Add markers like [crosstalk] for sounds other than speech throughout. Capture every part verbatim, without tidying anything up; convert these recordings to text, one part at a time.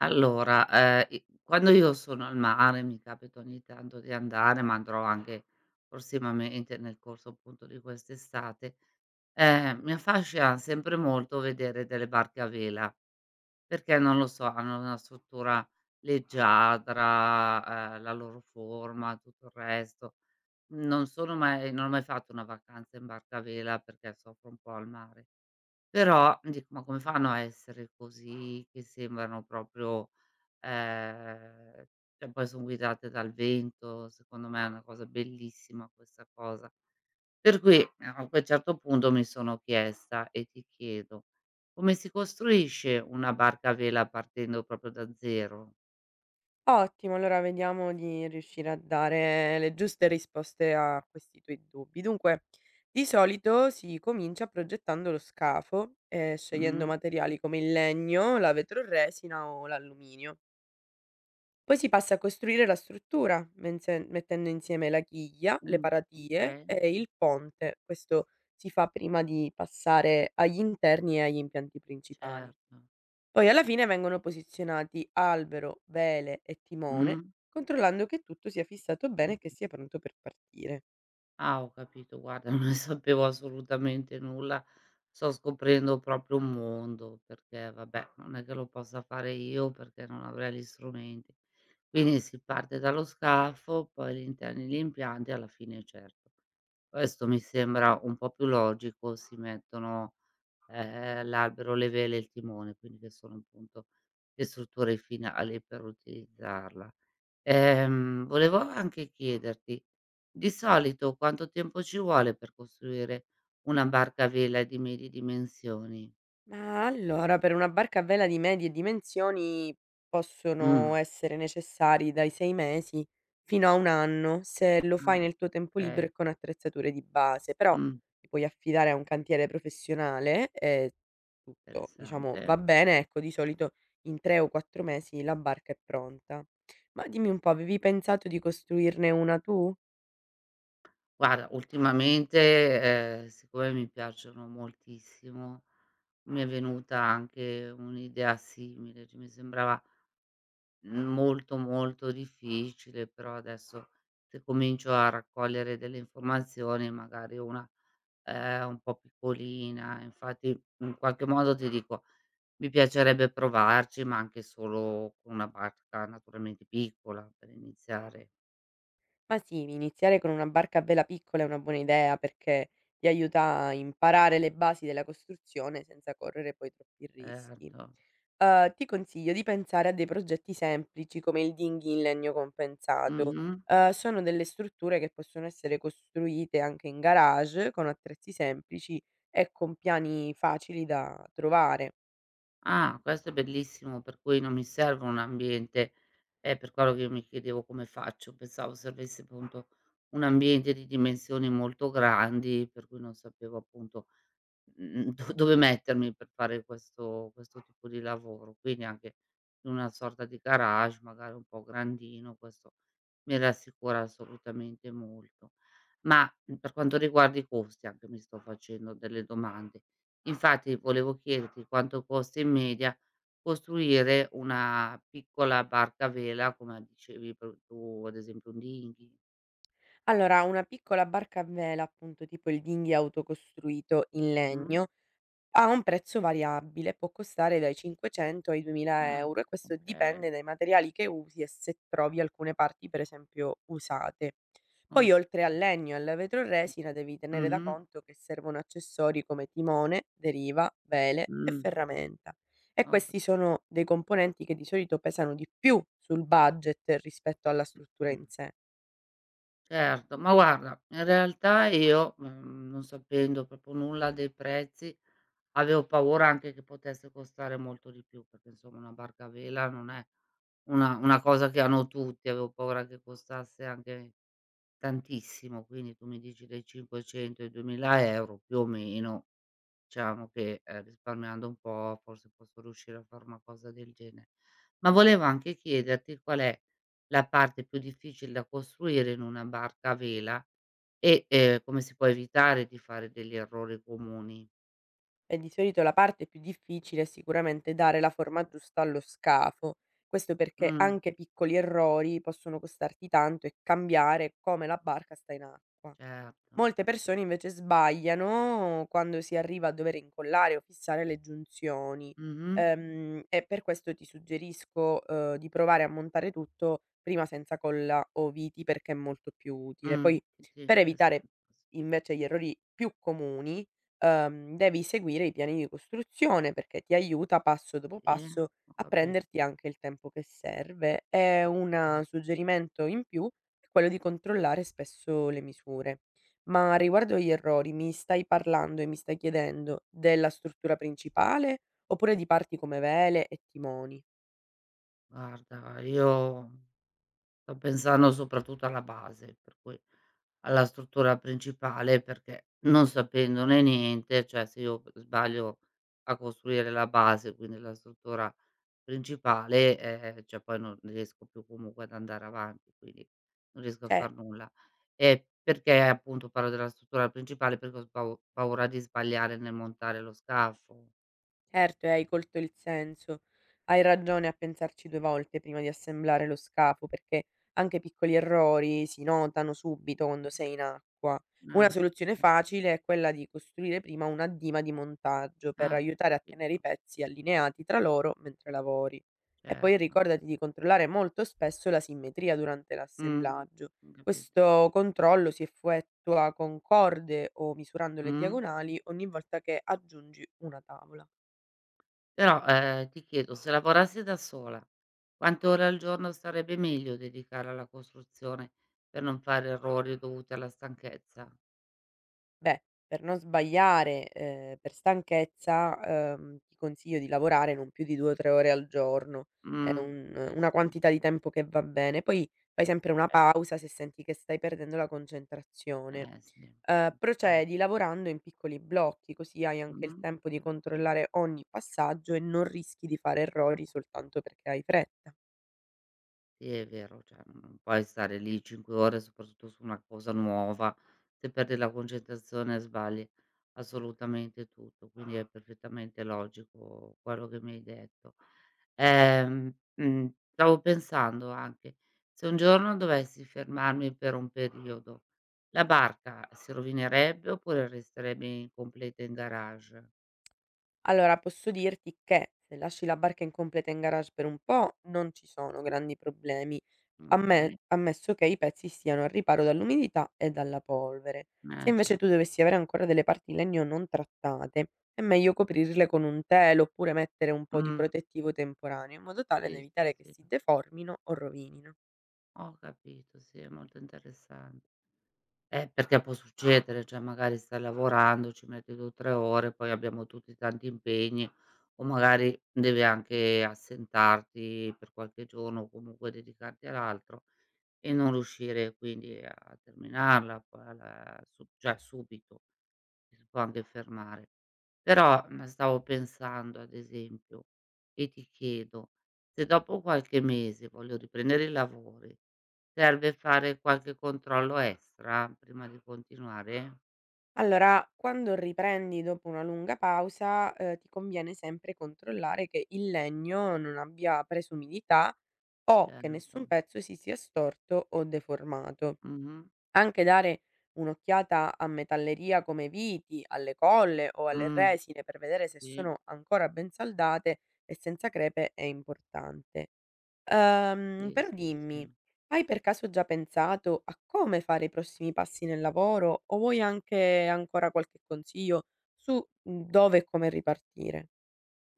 Allora, ehm, i quando io sono al mare, mi capita ogni tanto di andare, ma andrò anche prossimamente nel corso appunto di quest'estate, ehm, mi affascina sempre molto vedere delle barche a vela, perché non lo so, hanno una struttura leggiadra, ehm, la loro forma, tutto il resto. Non sono mai non ho mai fatto una vacanza in barca a vela perché soffro un po' al mare, però dico: "Ma come fanno a essere così che sembrano proprio." Ehm, e poi son guidate dal vento, secondo me è una cosa bellissima questa cosa. Per cui eh, a quel certo punto mi sono chiesta e ti chiedo: come si costruisce una barca a vela partendo proprio da zero? Ottimo, allora vediamo di riuscire a dare le giuste risposte a questi tuoi dubbi. Dunque, di solito si comincia progettando lo scafo, eh, scegliendo Mh? materiali come il legno, la vetroresina o l'alluminio. Poi si passa a costruire la struttura, mense- mettendo insieme la chiglia, le Mh. paratie Okay, e il ponte. Questo si fa prima di passare agli interni e agli impianti principali. certo. Poi alla fine vengono posizionati albero, vele e timone, Mh. controllando che tutto sia fissato bene e che sia pronto per partire. Ah, ho capito. Guarda, [laughs] non ne sapevo assolutamente nulla. Sto scoprendo proprio un mondo, perché vabbè, non è che lo possa fare io perché non avrei gli strumenti. Quindi si parte dallo scafo, poi gli interni, gli impianti, alla fine certo. Questo mi sembra un po' più logico, si mettono, ehm, l'albero, le vele e il timone, quindi che sono appunto le strutture finali per utilizzarla. Ehm, volevo anche chiederti, di solito quanto tempo ci vuole per costruire una barca a vela di medie dimensioni? Ma allora, per una barca a vela di medie dimensioni possono Mh, essere necessari dai sei mesi fino a un anno, se lo fai ah, nel tuo tempo libero okay. e con attrezzature di base, però Mh, ti puoi affidare a un cantiere professionale e tutto, diciamo, va interessante. bene, ecco, di solito in tre o quattro mesi la barca è pronta. Ma dimmi un po', avevi pensato di costruirne una tu? Guarda, ultimamente, ehm, siccome mi piacciono moltissimo, mi è venuta anche un'idea simile, cioè mi sembrava molto, molto difficile, però adesso se comincio a raccogliere delle informazioni, magari una Ehm, un po' piccolina, infatti in qualche modo ti dico, mi piacerebbe provarci, ma anche solo con una barca naturalmente piccola per iniziare. Ma sì, iniziare con una barca a vela piccola è una buona idea perché ti aiuta a imparare le basi della costruzione senza correre poi troppi rischi. Certo. Eh, ti consiglio di pensare a dei progetti semplici come il dinghy in legno compensato. Mh-mh. Eh, sono delle strutture che possono essere costruite anche in garage con attrezzi semplici e con piani facili da trovare. Ah, questo è bellissimo, per cui non mi serve un ambiente è per quello che io mi chiedevo come faccio, pensavo servisse appunto un ambiente di dimensioni molto grandi, per cui non sapevo appunto. Mh-mh, do dove mettermi per fare questo questo tipo di lavoro, quindi anche in una sorta di garage, magari un po' grandino, questo mi rassicura assolutamente molto. Ma, mhmm, per quanto riguarda i costi anche mi sto facendo delle domande. Infatti volevo chiederti quanto costa in media costruire una piccola barca a vela, come dicevi pro tu, ad esempio un dinghy. Allora, una piccola barca a vela, appunto tipo il dinghy autocostruito in Mh? legno, ha un prezzo variabile, può costare dai cinquecento ai Ah, duemila euro € e questo okay, dipende dai materiali che usi e se trovi alcune parti per esempio usate. okay. Poi oltre al legno e alla vetroresina devi tenere da Mh-mh, conto che servono accessori come timone, deriva, vele e mh. ferramenta, e Ho questi capito. sono dei componenti che di solito pesano di più sul budget rispetto alla struttura Mh. in sé. Certo, ma guarda, in realtà io, mhmm, non sapendo proprio nulla dei prezzi, avevo paura anche che potesse costare molto di più, perché insomma una barca a vela non è una una cosa che hanno tutti, avevo paura che costasse anche tantissimo. Quindi tu mi dici dai cinquecento ai duemila € più o meno. Diciamo che, ehm, risparmiando un po' forse posso riuscire a fare una cosa del gene. Ma volevo anche chiederti qual è la parte più difficile da costruire in una barca a vela e, ehm, come si può evitare di fare degli errori comuni. E di solito la parte più difficile è sicuramente dare la forma giusta allo scafo. Questo perché Mh, anche piccoli errori possono costarti tanto e cambiare come la barca sta in acqua. certo, ho Molte persone capito. invece sbagliano quando si arriva a dover incollare o fissare le giunzioni, Mh-mh, ehm, e per questo ti suggerisco, uhm, di provare a montare tutto prima senza colla o viti perché è molto più utile. mh, Poi sì, sì, per evitare interessante. invece gli errori più comuni, uhm, devi seguire i piani di costruzione perché ti aiuta passo dopo Sì, passo ho a capito. prenderti anche il tempo che serve, e Sì. Mh, una suggerimento in più è quello di controllare spesso le misure. Ma riguardo agli errori, mi stai parlando e mi stai chiedendo della struttura principale, oppure di parti come vele e timoni? Guarda, io sto pensando soprattutto alla base, per cui alla struttura principale, perché non sapendone niente, cioè se io sbaglio a costruire la base, quindi la struttura principale, ehm, cioè poi non riesco più comunque ad andare avanti, quindi non riesco a Cioè. far nulla. E perché appunto parlo della struttura principale? Perché ho spau paura di sbagliare nel montare lo scafo. Certo, e hai colto il senso. Hai ragione a pensarci due volte prima di assemblare lo scafo, perché anche piccoli errori si notano subito quando sei in acqua. Una Ah sì, soluzione sì. facile è quella di costruire prima una dima di montaggio per Ah, aiutare a tenere capito, i pezzi allineati tra loro mentre lavori. E poi certo. ricordati di controllare molto spesso la simmetria durante Mh, l'assemblaggio. ho capito. Questo controllo si effettua con corde o misurando le Mh. diagonali ogni volta che aggiungi una tavola. Però, ehm, ti chiedo, se lavorassi da sola, quante ore al giorno sarebbe meglio dedicare alla costruzione per non fare errori dovuti alla stanchezza? Beh, per non sbagliare, ehm, per stanchezza, ehm, ti consiglio di lavorare non più di due o tre ore al giorno. È Mh. un Sì, una sì. quantità di tempo che va bene. Poi fai sempre una Eh. pausa se senti che stai perdendo la concentrazione. Eh sì, Ehm, mh, Procedi tanti. lavorando in piccoli blocchi, così hai anche il Mh, tempo di controllare ogni passaggio e non rischi di fare errori soltanto perché hai fretta. Sì, è vero, cioè non puoi stare lì cinque ore, soprattutto su una cosa nuova. Se perdi la concentrazione sbagli assolutamente tutto, quindi è perfettamente logico quello che mi hai detto. Ehm, mhmm, Stavo pensando anche, se un giorno dovessi fermarmi per un periodo, la barca si rovinerebbe oppure resterebbe in completa in garage? Allora, posso dirti che se lasci la barca incompleta in garage per un po', non ci sono grandi problemi, amme Okay, ammesso che i pezzi siano al riparo dall'umidità e dalla polvere. Se eh, invece cioè, tu dovessi avere ancora delle parti in legno non trattate, è meglio coprirle con un telo oppure mettere un po' di mh, protettivo temporaneo, in modo tale da sì, sì, evitare che sì, si deformino o rovinino. ho capito, sì, è molto interessante. Eh, perché può succedere, cioè magari stai lavorando, ci metti due o tre ore, poi abbiamo tutti tanti impegni o magari devi anche assentarti per qualche giorno o comunque dedicarti all'altro e non riuscire quindi a terminarla poi alla su cioè subito. Ci si può anche fermare. Però, mhmm, stavo pensando ad esempio e ti chiedo, se dopo qualche mese voglio riprendere i lavori, serve fare qualche controllo extra prima di continuare? Allora, quando riprendi dopo una lunga pausa, ehm, ti conviene sempre controllare che il legno non abbia preso umidità o che nessun Certo. pezzo si sia storto o deformato. Mh-mh. Anche dare un'occhiata a metalleria come viti, alle colle o alle Mh. resine per vedere se Sì, sono ancora ben saldate e senza crepe è importante. Ehm, sì, Però sì, sì. dimmi, hai per caso già pensato a come fare i prossimi passi nel lavoro, o vuoi anche ancora qualche consiglio su, mhmm, dove e come ripartire?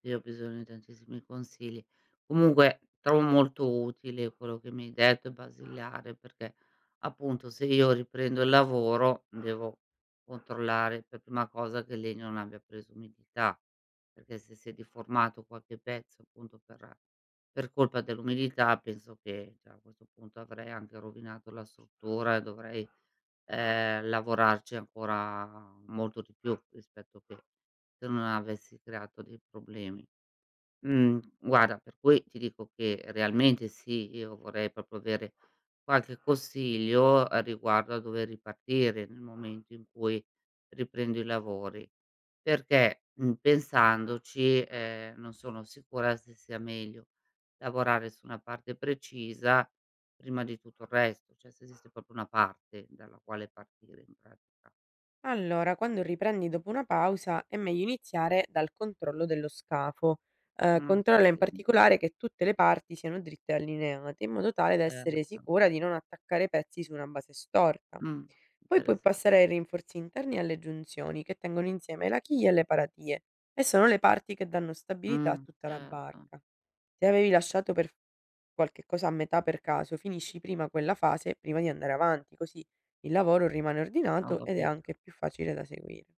Io ho bisogno di tantissimi consigli. Comunque trovo molto utile quello che mi hai detto, è basilare, perché appunto se io riprendo il lavoro devo controllare per prima cosa che il legno non abbia preso umidità, perché se si è deformato qualche pezzo appunto per per colpa dell'umidità penso che cioè, a questo punto avrei anche rovinato la struttura e dovrei, ehm, lavorarci ancora molto di più rispetto che se non avessi creato dei problemi. Mhmm, guarda, per cui ti dico che realmente sì, io vorrei proprio avere qualche consiglio, ehm, riguardo a dove ripartire nel momento in cui riprendo i lavori, perché, mhmm, pensandoci, ehm, non sono sicura se sia meglio lavorare su una parte precisa prima di tutto il resto, cioè se esiste proprio una parte dalla quale partire in pratica. Allora, quando riprendi dopo una pausa è meglio iniziare dal controllo dello scafo. Eh, Mh, controlla in Mh. particolare che tutte le parti siano dritte e allineate, in modo tale da essere Certo. sicura di non attaccare pezzi su una base storta. Mh, Poi puoi interessante. passare ai rinforzi interni e alle giunzioni, che tengono insieme la chiglia e le paratie, e sono le parti che danno stabilità a Mh, tutta la certo. barca. Se avevi lasciato per qualche cosa a metà per caso, finisci prima quella fase prima di andare avanti, così il lavoro rimane No, ho ordinato ed è capito. anche più facile da seguire.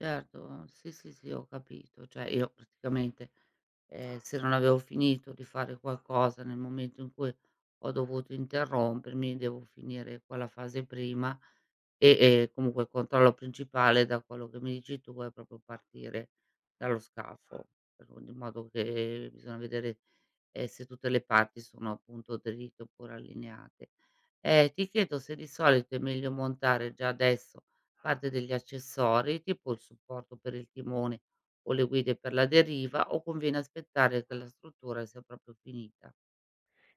Certo, sì, sì, sì, ho capito. Cioè io praticamente, ehm, se non avevo finito di fare qualcosa nel momento in cui ho dovuto interrompermi, devo finire quella fase prima e e comunque il controllo principale, da quello che mi dici tu, è proprio partire dallo scafo, per in modo che bisogna vedere ehm, se tutte le parti sono appunto dritte oppure allineate. Ehm, ti chiedo se di solito è meglio montare già adesso parte degli accessori, tipo il supporto per il timone o le guide per la deriva, o conviene aspettare che la struttura sia proprio finita?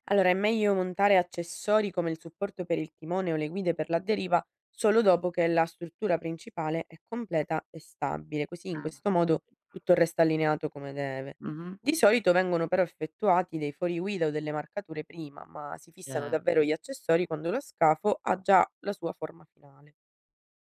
Allora è meglio montare accessori come il supporto per il timone o le guide per la deriva solo dopo che la struttura principale è completa e stabile, così in Ah, questo ho modo capi. tutto resta allineato come deve. Mh-mh, Di solito vengono però effettuati dei fuoriguida o delle marcature prima, ma si fissano cer. davvero gli accessori quando lo scafo ha già la sua forma finale.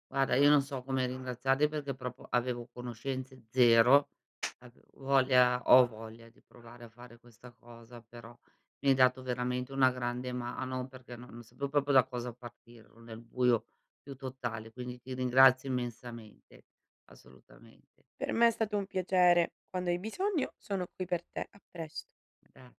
Guarda, io non so come ringraziarli perché proprio avevo conoscenze zero, ave voglia ho voglia di provare a fare questa cosa, però mi hai dato veramente una grande mano perché non non sapevo proprio da cosa partire, ero nel buio più totale, quindi ti ringrazio immensamente, assolutamente. Per me è stato un piacere. Quando hai bisogno sono qui per te. A presto. Gra